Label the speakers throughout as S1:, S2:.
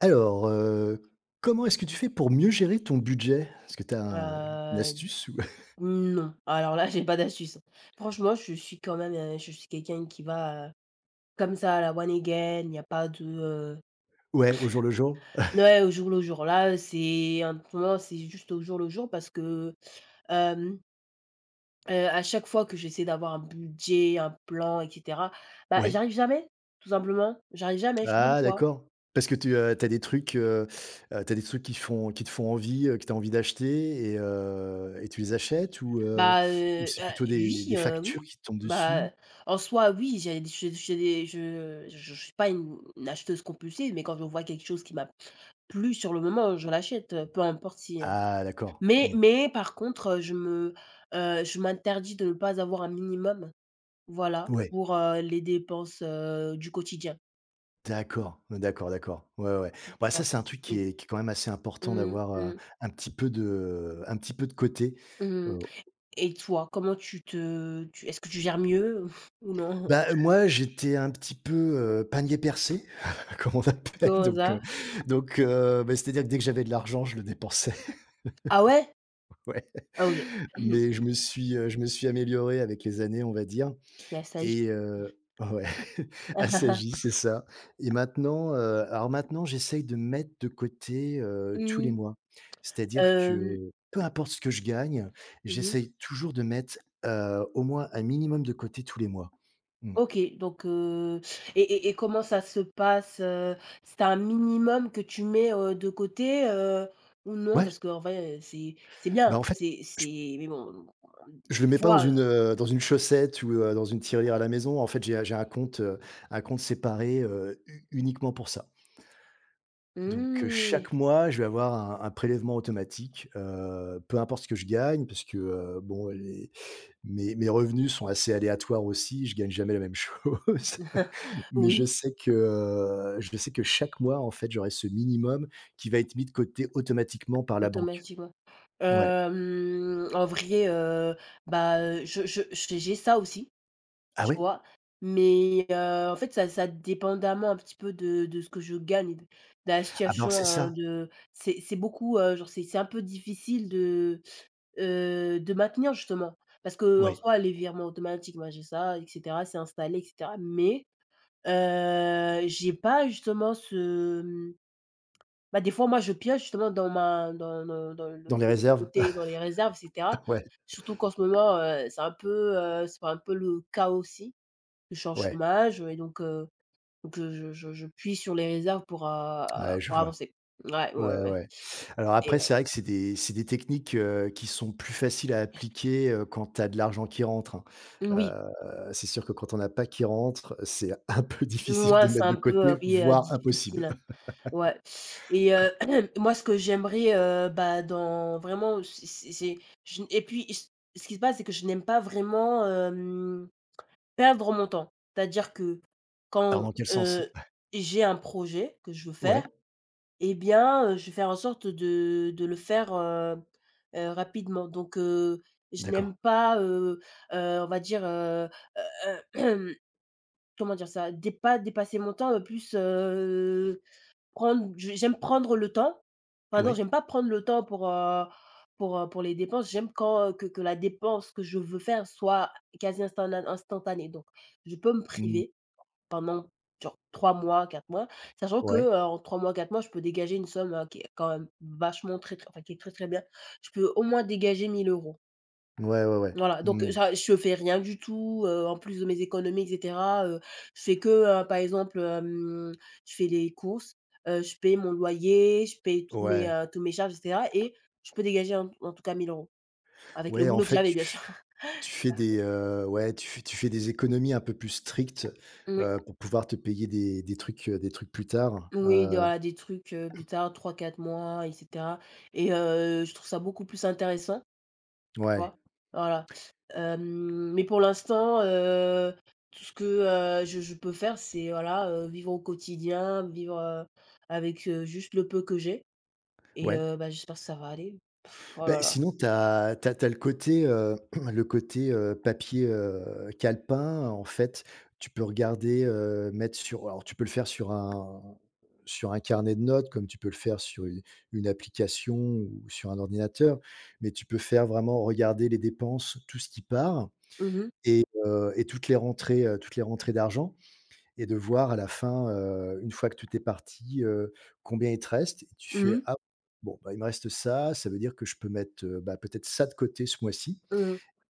S1: Alors, heu, Comment est-ce que tu fais pour mieux gérer ton budget? Est-ce que tu as une
S2: Heu,
S1: astuce ou
S2: non. Alors là, j'ai pas d'astuce. Franchement, je suis quand même, je suis quelqu'un qui va, comme ça, à la one again, il n'y a pas de,
S1: ouais, au jour le jour?
S2: ouais, au jour le jour. Là, c'est un moment, c'est juste au jour le jour parce que, hem, à chaque fois que j'essaie d'avoir un budget, un plan et cetera, bah,
S1: Ouais.
S2: j'arrive jamais, tout simplement. J'arrive jamais, je sais pas
S1: Ah
S2: pourquoi.
S1: d'accord. Parce que as des trucs, tu des trucs qui font qui te font envie, que tu as envie d'acheter et tu les achètes
S2: Bah,
S1: ou c'est plutôt des
S2: oui,
S1: factures
S2: oui.
S1: qui te tombent dessus?
S2: Bah, en soi, oui, j'ai des je suis pas une acheteuse compulsive, mais quand je vois quelque chose qui m'a plu sur le moment, je l'achète, peu importe si,
S1: Ah d'accord.
S2: mais
S1: Mmh.
S2: mais par contre, je me, je m'interdis de ne pas avoir un minimum, voilà,
S1: Ouais,
S2: pour, les dépenses, du quotidien,
S1: d'accord, mmh, d'accord, d'accord. Ouais, ouais.
S2: tu
S1: Bah, ça,
S2: vois?
S1: c'est un truc qui
S2: Et
S1: est qui est quand même assez important
S2: mmh,
S1: d'avoir,
S2: mmh,
S1: un petit peu de côté.
S2: mmh et toi, comment tu te tu est-ce que tu gères mieux ou non?
S1: Bah, moi, j'étais un petit peu, panier percé, comme on appelle,
S2: Comment
S1: donc heu,
S2: ça?
S1: donc heu, bah, c'est-à-dire que dès que j'avais de l'argent, je le dépensais,
S2: Ah ouais?
S1: ouais.
S2: Ah OK.
S1: Mais je me suis amélioré avec les années, on va dire et
S2: Nostalgie.
S1: heu ouais, assagi, c'est ça alors maintenant, j'essaye de mettre de côté, tous les
S2: Mmh.
S1: mois. C'est-à-dire
S2: Hem,
S1: que, peu importe ce que je gagne,
S2: mmh
S1: j'essaye toujours de mettre, au moins un minimum de côté tous les mois. Mmh.
S2: OK. Donc, et comment ça se passe? C'est un minimum que tu mets, de côté, ou non?
S1: Ouais,
S2: Parce que en vrai, c'est
S1: bah,
S2: bien,
S1: en fait,
S2: c'est mais bon,
S1: je le
S2: des
S1: mets pas dans
S2: fois,
S1: une chaussette ou, dans une tirelire à la maison. En fait, j'ai un compte séparé, u uniquement pour ça. Donc,
S2: mmh.
S1: chaque mois, je vais avoir un prélèvement automatique, peu importe ce que je gagne parce que, bon, les mes mes revenus sont assez aléatoires aussi. Je gagne jamais la même chose. Mais je
S2: Oui,
S1: sais que, heu, je sais que chaque mois, en fait, j'aurai ce minimum qui va être mis de côté automatiquement par la banque.
S2: automatiquement.
S1: Ouais.
S2: En vrai, bah, je j'ai ça aussi.
S1: Ah
S2: Tu
S1: ouais?
S2: vois? Mais en fait, ça dépendamment un petit peu de ce que je gagne et de la
S1: Ah bah, alors
S2: situation,
S1: c'est
S2: hein,
S1: ça.
S2: de c'est beaucoup, genre, c'est un peu difficile de maintenir justement. Parce que en
S1: Ouais.
S2: soi, les virements automatiques, moi, j'ai ça et cetera, c'est installé et cetera. Mais j'ai pas justement ce, bah, des fois, moi, je pioche justement dans ma dans dans dans le
S1: Dans les
S2: le
S1: réserves?
S2: côté, dans les réserves et cetera.
S1: Ouais,
S2: Surtout qu'en ce moment, c'est un peu, c'est un peu le chaos aussi. Je suis en
S1: ouais.
S2: chômage, et donc, je puise sur les réserves
S1: Ouais, je
S2: pour
S1: vois.
S2: avancer. Ouais, ouais,
S1: Ouais,
S2: ouais, ouais
S1: ouais. Alors après,
S2: et ouais.
S1: c'est vrai que c'est des techniques, qui sont plus faciles à appliquer, quand tu as de l'argent qui rentre, hein.
S2: Oui,
S1: C'est sûr que quand on n'a pas qui rentre, c'est un peu difficile de
S2: ouais, c'est
S1: mettre de
S2: un peu,
S1: côté,
S2: oui,
S1: voire impossible.
S2: difficile. Ouais. Et moi, ce que j'aimerais, bah, dans vraiment, c'est je et puis ce ce qui se passe, c'est que je n'aime pas vraiment, perdre mon temps. C'est-à-dire que
S1: Alors
S2: quand,
S1: dans quel sens?
S2: j'ai un projet que je veux
S1: Ouais,
S2: faire, eh bien, je vais faire en sorte de le faire, rapidement. Donc, je
S1: d'accord.
S2: n'aime pas, on va dire, heu, comment dire ça? Dé pas dépasser mon temps, plus, prendre je j'aime prendre le temps. Enfin non,
S1: Ouais.
S2: j'aime pas prendre le temps pour, pour les dépenses. J'aime quand, que la dépense que je veux faire soit quasi instantanée. Donc je peux me
S1: Mmh.
S2: priver pendant genre 3 mois, 4 mois, sachant que,
S1: Ouais.
S2: en 3 mois, 4 mois, je peux dégager une somme, qui est quand même vachement très, très enfin qui est très, très bien. Je peux au moins dégager 1 000 €.
S1: Ouais, ouais, ouais.
S2: Voilà, donc
S1: Mmh.
S2: ça je fais rien du tout, en plus de mes économies et cetera, je fais que, par exemple, je fais les courses, je paye mon loyer, je paye
S1: Ouais.
S2: tous mes charges et cetera et je peux dégager en tout cas 1 000 € avec le
S1: Ouais, en
S2: boulot que
S1: fait,
S2: j'avais
S1: tu
S2: bien
S1: f
S2: sûr.
S1: tu fais des, ouais, tu fais des économies un peu plus strictes, pour pouvoir te payer des trucs plus tard,
S2: Oui, de
S1: hein.
S2: voilà, des trucs, plus tard, trois quatre mois et cetera. Et je trouve ça beaucoup plus intéressant, tu
S1: Ouais.
S2: vois? Voilà. Mais pour l'instant, tout ce que, je peux faire, c'est voilà, vivre au quotidien, vivre, avec, juste le peu que j'ai. Et
S1: Ouais.
S2: bah, j'espère que ça va aller. Pff, oh
S1: Bah,
S2: là là.
S1: sinon, tu as le côté, le côté, papier, calepin. En fait, tu peux regarder, mettre sur alors tu peux le faire sur un carnet de notes, comme tu peux le faire sur une application ou sur un ordinateur, mais tu peux faire vraiment regarder les dépenses, tout ce qui part
S2: Mmh mh.
S1: et toutes les rentrées d'argent et de voir à la fin, une fois que tout est parti, combien il te reste. Et tu
S2: Mmh
S1: fais:
S2: mh.
S1: «Ah bon, bah, il me reste ça, ça veut dire que je peux mettre, bah, peut-être ça de côté ce mois-ci»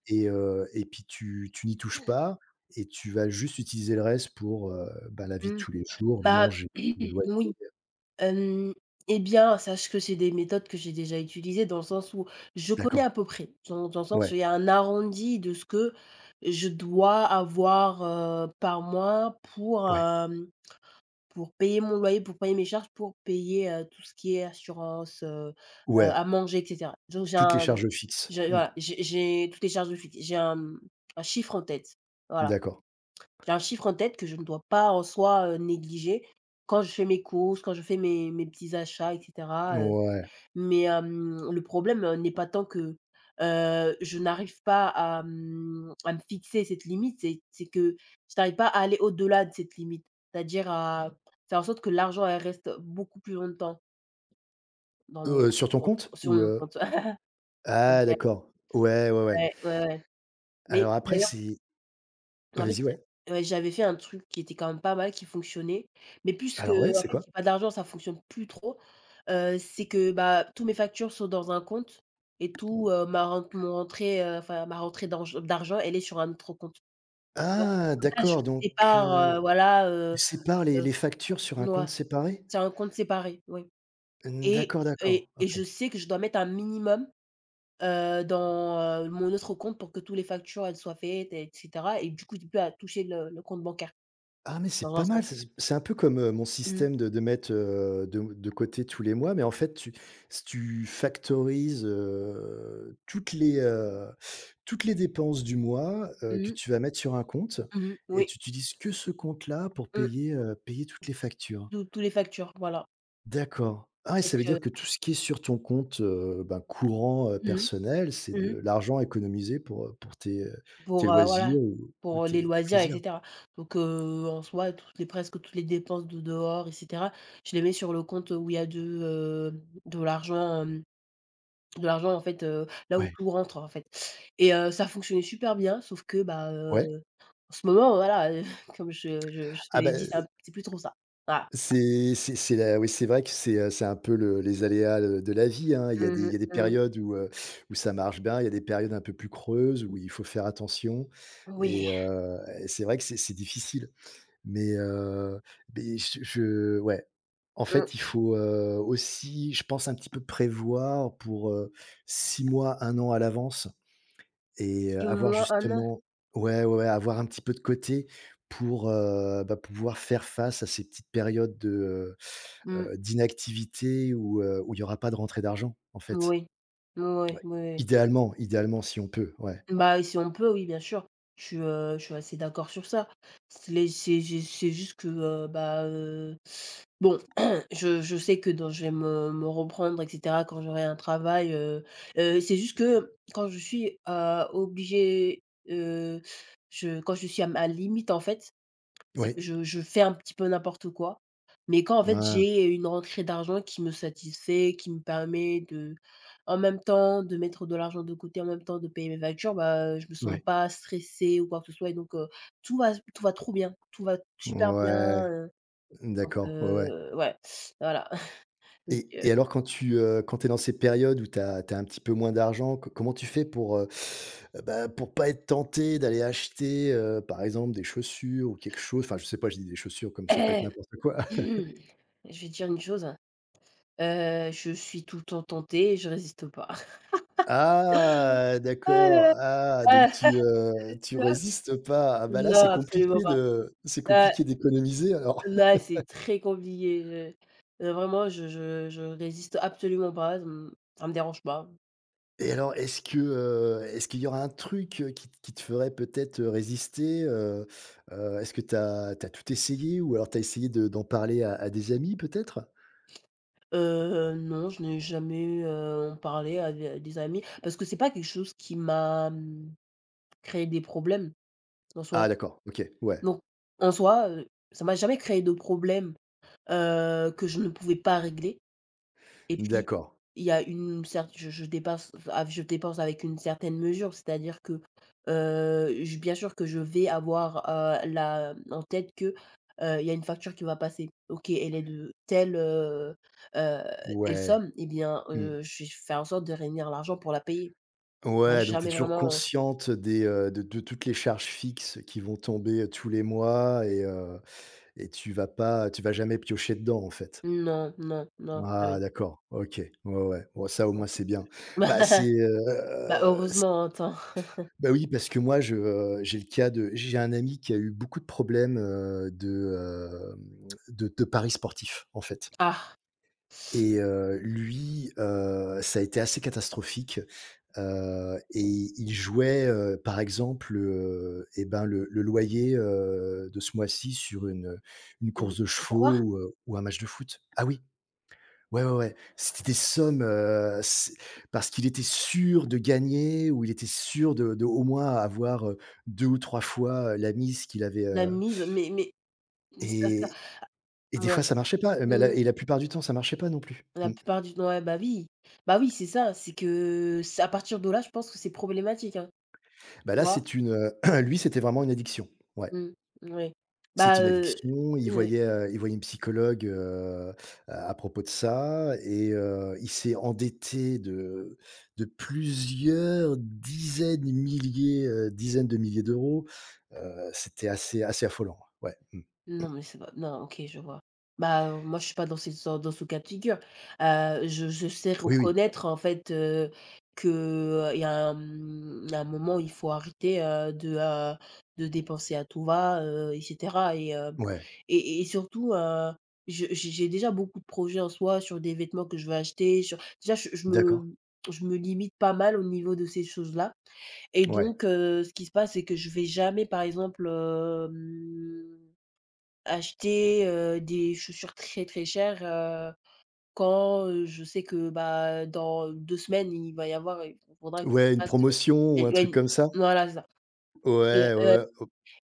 S1: et puis tu n'y touches pas et tu vas juste utiliser le reste pour, bah, la vie de
S2: Mmh.
S1: tous les jours,
S2: Bah,
S1: manger, le loyer.
S2: oui. Hem, eh bien, sache que c'est des méthodes que j'ai déjà utilisées dans le sens où je connais à
S1: D'accord.
S2: peu près. Dans le sens où il
S1: Ouais,
S2: y a un arrondi de ce que je dois avoir, par mois pour,
S1: ouais,
S2: pour payer mon loyer, pour payer mes charges, pour payer, tout ce qui est assurance,
S1: ouais,
S2: à manger et cetera. Donc
S1: toutes les charges fixes.
S2: j'ai
S1: Mmh.
S2: voilà, j'ai toutes les charges de fuite. J'ai un chiffre en tête. Voilà.
S1: D'accord.
S2: J'ai un chiffre en tête que je ne dois pas en soi, négliger quand je fais mes courses, quand je fais mes petits achats et cetera,
S1: Ouais.
S2: mais le problème, n'est pas tant que, je n'arrive pas à, à me fixer cette limite, c'est que je n'arrive pas à aller au-delà de cette limite. C'est-à-dire à faire en sorte que l'argent, elle reste beaucoup plus longtemps dans
S1: Heu,
S2: mon
S1: sur ton
S2: compte
S1: compte
S2: sur
S1: ou,
S2: mon
S1: heu?
S2: compte. Donc,
S1: Ah d'accord. Ouais, ouais, ouais.
S2: ouais, ouais, ouais. Mais
S1: Alors après c'est
S2: en fait,
S1: vas-y, ouais.
S2: j'a ouais, j'avais fait un truc qui était quand même pas mal, qui fonctionnait, mais puisque,
S1: Alors ouais,
S2: en
S1: c'est
S2: fait,
S1: quoi?
S2: j'ai pas d'argent, ça fonctionne plus trop. C'est que, bah, tous mes factures sont dans un compte et tout, ma ren mon rentrée, enfin ma rentrée d'argent, elle est sur un autre compte, tu vois?
S1: Ah
S2: Comme ça, je
S1: d'accord,
S2: sépare, voilà,
S1: tu sépares les
S2: heu,
S1: les factures sur un
S2: mouais,
S1: compte séparé?
S2: c'est un compte séparé, oui.
S1: Mmh,
S2: et
S1: d'accord, d'accord,
S2: et et
S1: OK.
S2: je sais que je dois mettre un minimum, dans, mon autre compte pour que tous les factures, elles soient faites et cetera. Et du coup, tu peux à toucher le compte bancaire,
S1: Ah mais c'est
S2: dans
S1: pas
S2: un
S1: mal,
S2: sens.
S1: c'est un peu comme, mon
S2: Mmh.
S1: système de mettre, de côté tous les mois, mais en fait tu factorises, toutes les dépenses du mois, que
S2: Mmh.
S1: tu vas mettre sur un compte
S2: Mmh.
S1: et
S2: Oui.
S1: tu utilises que ce compte-là pour
S2: mmh,
S1: payer toutes les factures.
S2: tous les factures, voilà.
S1: D'accord. Ah et ça
S2: Donc
S1: veut dire que tout ce qui est sur ton compte, ben, courant,
S2: mmh.
S1: personnel, c'est de
S2: Mmh.
S1: l'argent économisé pour tes
S2: Pour, voilà,
S1: loisirs ou
S2: pour les
S1: tes
S2: loisirs et
S1: plaisirs.
S2: cetera. Donc en soi, toutes les presque toutes les dépenses de dehors et cetera, je les mets sur le compte où il y a de l'argent, de l'argent, en fait, là où
S1: Ouais,
S2: tout rentre, en fait. Et ça fonctionnait super bien, sauf que, bah,
S1: ouais.
S2: en ce moment, voilà, comme je te
S1: Ah
S2: l'ai dit,
S1: ben
S2: c'est plus trop ça. Voilà.
S1: c'est la oui, c'est vrai que c'est un peu le les aléas, de la vie, hein. Il y a des
S2: Mmh
S1: il
S2: mh.
S1: y a des
S2: Mmh.
S1: périodes où ça marche bien, il y a des périodes un peu plus creuses où il faut faire attention
S2: Oui.
S1: et c'est vrai que c'est difficile. Mais heu, mais je je ouais, En
S2: Mmh.
S1: fait, il faut, aussi, je pense, un petit peu prévoir pour, 6 mois, un an à l'avance et
S2: 6
S1: avoir
S2: mois, un an.
S1: justement ouais, ouais, ouais, avoir un petit peu de côté pour, bah, pouvoir faire face à ces petites périodes
S2: Mmh.
S1: d'inactivité où il y aura pas de rentrée d'argent, en fait.
S2: Oui. Oui, oui. Ouais.
S1: Idéalement, si on peut, ouais.
S2: Bah, si on peut, oui, bien sûr. Je suis assez d'accord sur ça. C'est les c'est j'ai c'est juste que, bon, je sais que dans je vais me reprendre et cetera quand j'aurai un travail. C'est juste que quand je suis, obligée, heu, je quand je suis à ma limite, en fait, c'est
S1: Oui.
S2: que je fais un petit peu n'importe quoi, mais quand en fait
S1: Ouais,
S2: j'ai une rentrée d'argent qui me satisfait, qui me permet de en même temps de mettre de l'argent de côté, en même temps de payer mes factures, bah, je me sens
S1: ouais.
S2: pas stressée ou quoi que ce soit. Et donc, tout va trop bien, tout va super bien,
S1: Ouais. D'accord, ouais, ouais.
S2: ouais, voilà. Donc,
S1: Et alors quand tu es dans ces périodes où tu as un petit peu moins d'argent, co comment tu fais pour, bah, pour pas être tenté d'aller acheter, par exemple des chaussures ou quelque chose? Enfin, je sais pas, je dis des chaussures comme ça peut être n'importe quoi.
S2: je vais dire une chose. Je suis tout le temps tentée et je résiste pas.
S1: Ah!
S2: Ah là
S1: D'accord.
S2: là,
S1: Ah, donc
S2: ah!
S1: tu résistes pas. Ah bah, là,
S2: Non, absolument pas.
S1: c'est
S2: Ah!
S1: compliqué d'économiser alors.
S2: Là, c'est très compliqué, je vraiment je résiste absolument pas, ça me dérange pas.
S1: Et alors, est-ce qu'il y aura un truc, qui te ferait peut-être, résister? Est-ce que tu as tout essayé ou alors tu as essayé de d'en parler à des amis peut-être?
S2: Non, je n'ai jamais, en parlé à des amis parce que c'est pas quelque chose qui m'a, créé des problèmes en soi.
S1: Ah d'accord, OK, ouais,
S2: Donc en soi, ça m'a jamais créé de problème, que je ne pouvais pas régler. Et puis,
S1: d'accord,
S2: il y a une certaine je dépense avec une certaine mesure, c'est-à-dire que, je bien sûr que je vais avoir, la en tête que, il y a une facture qui va passer. OK, elle est de telle, heu, telle
S1: ouais,
S2: somme et bien,
S1: mmh.
S2: je vais faire en sorte de réunir l'argent pour la payer. On
S1: Ouais, donc tu es
S2: jamais
S1: toujours
S2: vraiment,
S1: consciente des, de toutes les charges fixes qui vont tomber, tous les mois et tu vas jamais piocher dedans, en fait?
S2: non, non, non,
S1: Ah
S2: jamais.
S1: d'accord, OK, ouais, ouais, bon ça au moins
S2: Donc
S1: c'est bien. Bah, c'est,
S2: bah,
S1: heu
S2: heureusement, hein, attends.
S1: Bah, oui, parce que moi je, j'ai le cas de j'ai un ami qui a eu beaucoup de problèmes, de, hem, de paris sportifs, en fait
S2: Ah!
S1: et lui, ça a été assez catastrophique, et il jouait, par exemple, et ben, le loyer, de ce mois-ci sur une
S2: Mmh.
S1: course de
S2: Quoi?
S1: chevaux ou un match de foot. Ah oui! Ouais, ouais, ouais. C'est parce qu'il était sûr de gagner ou il était sûr de au moins avoir, 2 ou 3 fois, la mise qu'il avait,
S2: La mise? Mais ça
S1: et et des
S2: mouais.
S1: fois ça marchait pas, mais la
S2: Mmh.
S1: et la plupart du temps ça marchait pas non plus.
S2: La
S1: Mmh.
S2: plupart du Ouais, bah oui. Bah oui, c'est ça, c'est que c'est à partir de là, je pense que c'est problématique, hein,
S1: Bah,
S2: tu
S1: là
S2: vois?
S1: c'est une, lui c'était vraiment une addiction. Ouais.
S2: Mmh, ouais.
S1: C'était
S2: Bah,
S1: une
S2: heu
S1: addiction, il voyait une psychologue, à propos de ça et il s'est endetté de plusieurs dizaines de milliers d'euros. C'était assez assez affolant. Ouais, mmh.
S2: Non, mais c'est pas non, OK, je vois. Bah, moi, je suis pas dans ces dans dans ce cas de figure. Je sais
S1: Oui, oui.
S2: reconnaître, en fait, que, il y a un moment, où il faut arrêter, de dépenser à tout va, et cetera. Et
S1: Ouais.
S2: et surtout, je j'ai déjà beaucoup de projets en soi sur des vêtements que je veux acheter, sur déjà,
S1: D'accord.
S2: je me limite pas mal au niveau de ces choses-là. Et
S1: Ouais.
S2: donc, ce qui se passe, c'est que je vais jamais, par exemple, hem acheter, des chaussures très, très chères, quand, je sais que, bah, dans 2 semaines, il va y avoir il faudra que
S1: Ouais,
S2: je
S1: une
S2: fasse,
S1: promotion ou un
S2: il
S1: truc
S2: une
S1: comme ça?
S2: voilà, c'est ça. Et
S1: Ouais, ouais, ouais.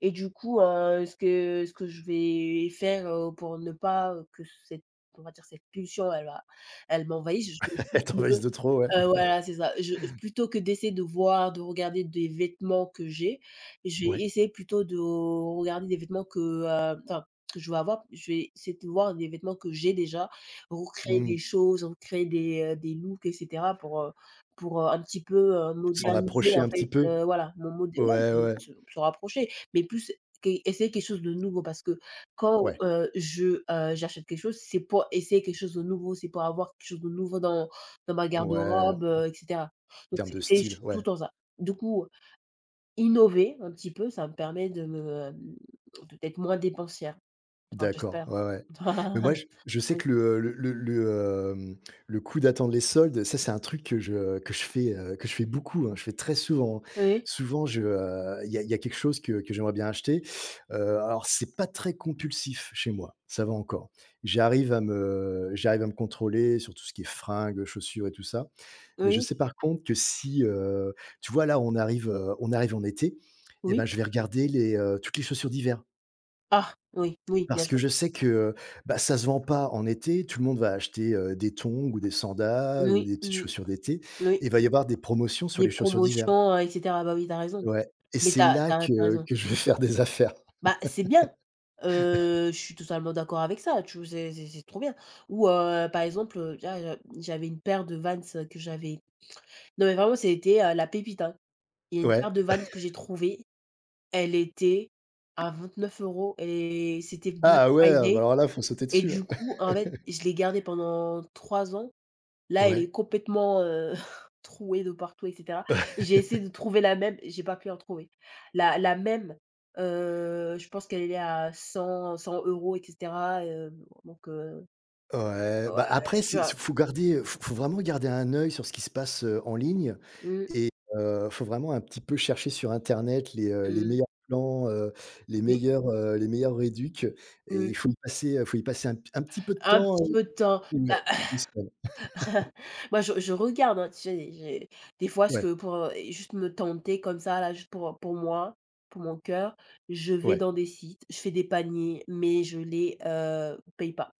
S2: et du coup, ce que je vais faire, pour ne pas, que cette on va dire cette pulsion, elle m'envahisse, je vais tout
S1: Être envahisse de trop, ouais.
S2: Voilà, c'est ça. Je Plutôt que d'essayer de voir, de regarder des vêtements que j'ai, je vais
S1: Ouais.
S2: essayer plutôt de regarder des vêtements que, que je veux avoir. Je vais essayer de voir des vêtements que j'ai déjà, recréer
S1: Mmh.
S2: des choses, recréer des looks et cetera pour, un petit peu,
S1: S'en
S2: moderniser
S1: approcher
S2: en
S1: un petit
S2: fait,
S1: peu?
S2: voilà, mon modè non,
S1: Ouais,
S2: mais
S1: ouais.
S2: se rapprocher, mais plus qu essayer quelque chose de nouveau parce que quand,
S1: Ouais.
S2: j'achète quelque chose, c'est pour essayer quelque chose de nouveau, c'est pour avoir quelque chose de nouveau dans ma
S1: Ouais,
S2: garde-robe,
S1: en
S2: et cetera. Donc
S1: termes de
S2: c'est
S1: style,
S2: ch tout
S1: ouais.
S2: le temps ça. Du coup, innover un petit peu, ça me permet de me, hem, de d'être moins dépensière. Enfin,
S1: D'accord,
S2: j'espère.
S1: ouais, ouais. Mais moi, je sais
S2: Oui,
S1: que le coup d'attendre les soldes, ça, c'est un truc que je fais beaucoup, hein. Je fais très souvent.
S2: oui,
S1: Souvent, je, il y a quelque chose que j'aimerais bien acheter. Alors c'est pas très compulsif chez moi, ça va encore. J'arrive à me contrôler sur tout ce qui est fringues, chaussures et tout ça. Mais je
S2: oui,
S1: sais par contre que si, tu vois, là, on arrive en été et
S2: oui.
S1: ben, je vais regarder toutes les chaussures d'hiver.
S2: Ah! Oui, oui, bien
S1: Parce que
S2: sûr.
S1: je sais que, bah, ça se vend pas en été, tout le monde va acheter, des tongs ou des sandales ou
S2: Oui,
S1: des petites chaussures d'été et
S2: oui.
S1: il va y avoir des promotions sur
S2: Des
S1: les chaussures d'hiver.
S2: promotions, et cetera. Bah oui, tu as raison.
S1: Ouais et
S2: Mais
S1: c'est
S2: tu as tu
S1: là
S2: as tu as
S1: que
S2: raison.
S1: que je vais faire des affaires.
S2: Bah, c'est bien, je suis totalement d'accord avec ça, tu vois? C'est trop bien. Ou, par exemple, tu vois, j'avais une paire de Vans, que j'avais non mais vraiment, c'était, la pépite, hein. Il y a une
S1: Ouais.
S2: paire de Vans que j'ai trouvée, elle était à 29 € et c'était Black
S1: Ah ouais, ah bah,
S2: Friday
S1: alors là, faut sauter
S2: et
S1: dessus, là.
S2: du coup, en fait, je l'ai gardée pendant 3 ans. Là, elle est
S1: Ouais.
S2: complètement, trouée de partout et cetera. J'ai essayé de trouver la même, j'ai pas pu en trouver. La même, je pense qu'elle est à 100-100 € et cetera, donc heu,
S1: Ouais, bah,
S2: ouais,
S1: après
S2: tu
S1: c'est
S2: vois?
S1: faut garder, faut faut vraiment garder un œil sur ce qui se passe, en ligne
S2: Mmh,
S1: et faut vraiment un petit peu chercher sur internet les
S2: mmh,
S1: meilleurs plans,
S2: oui,
S1: les meilleurs réducs et
S2: mmh.
S1: il faut y passer un petit peu de
S2: Un
S1: temps,
S2: petit peu de temps.
S1: ouais,
S2: Bah.
S1: toutes les semaines.
S2: Moi, je regarde, hein, tu sais, j'ai des fois ce
S1: Ouais,
S2: que pour, juste me tenter comme ça là, juste pour moi, pour mon cœur, je vais
S1: ouais.
S2: dans des sites, je fais des paniers, mais je les, paye pas.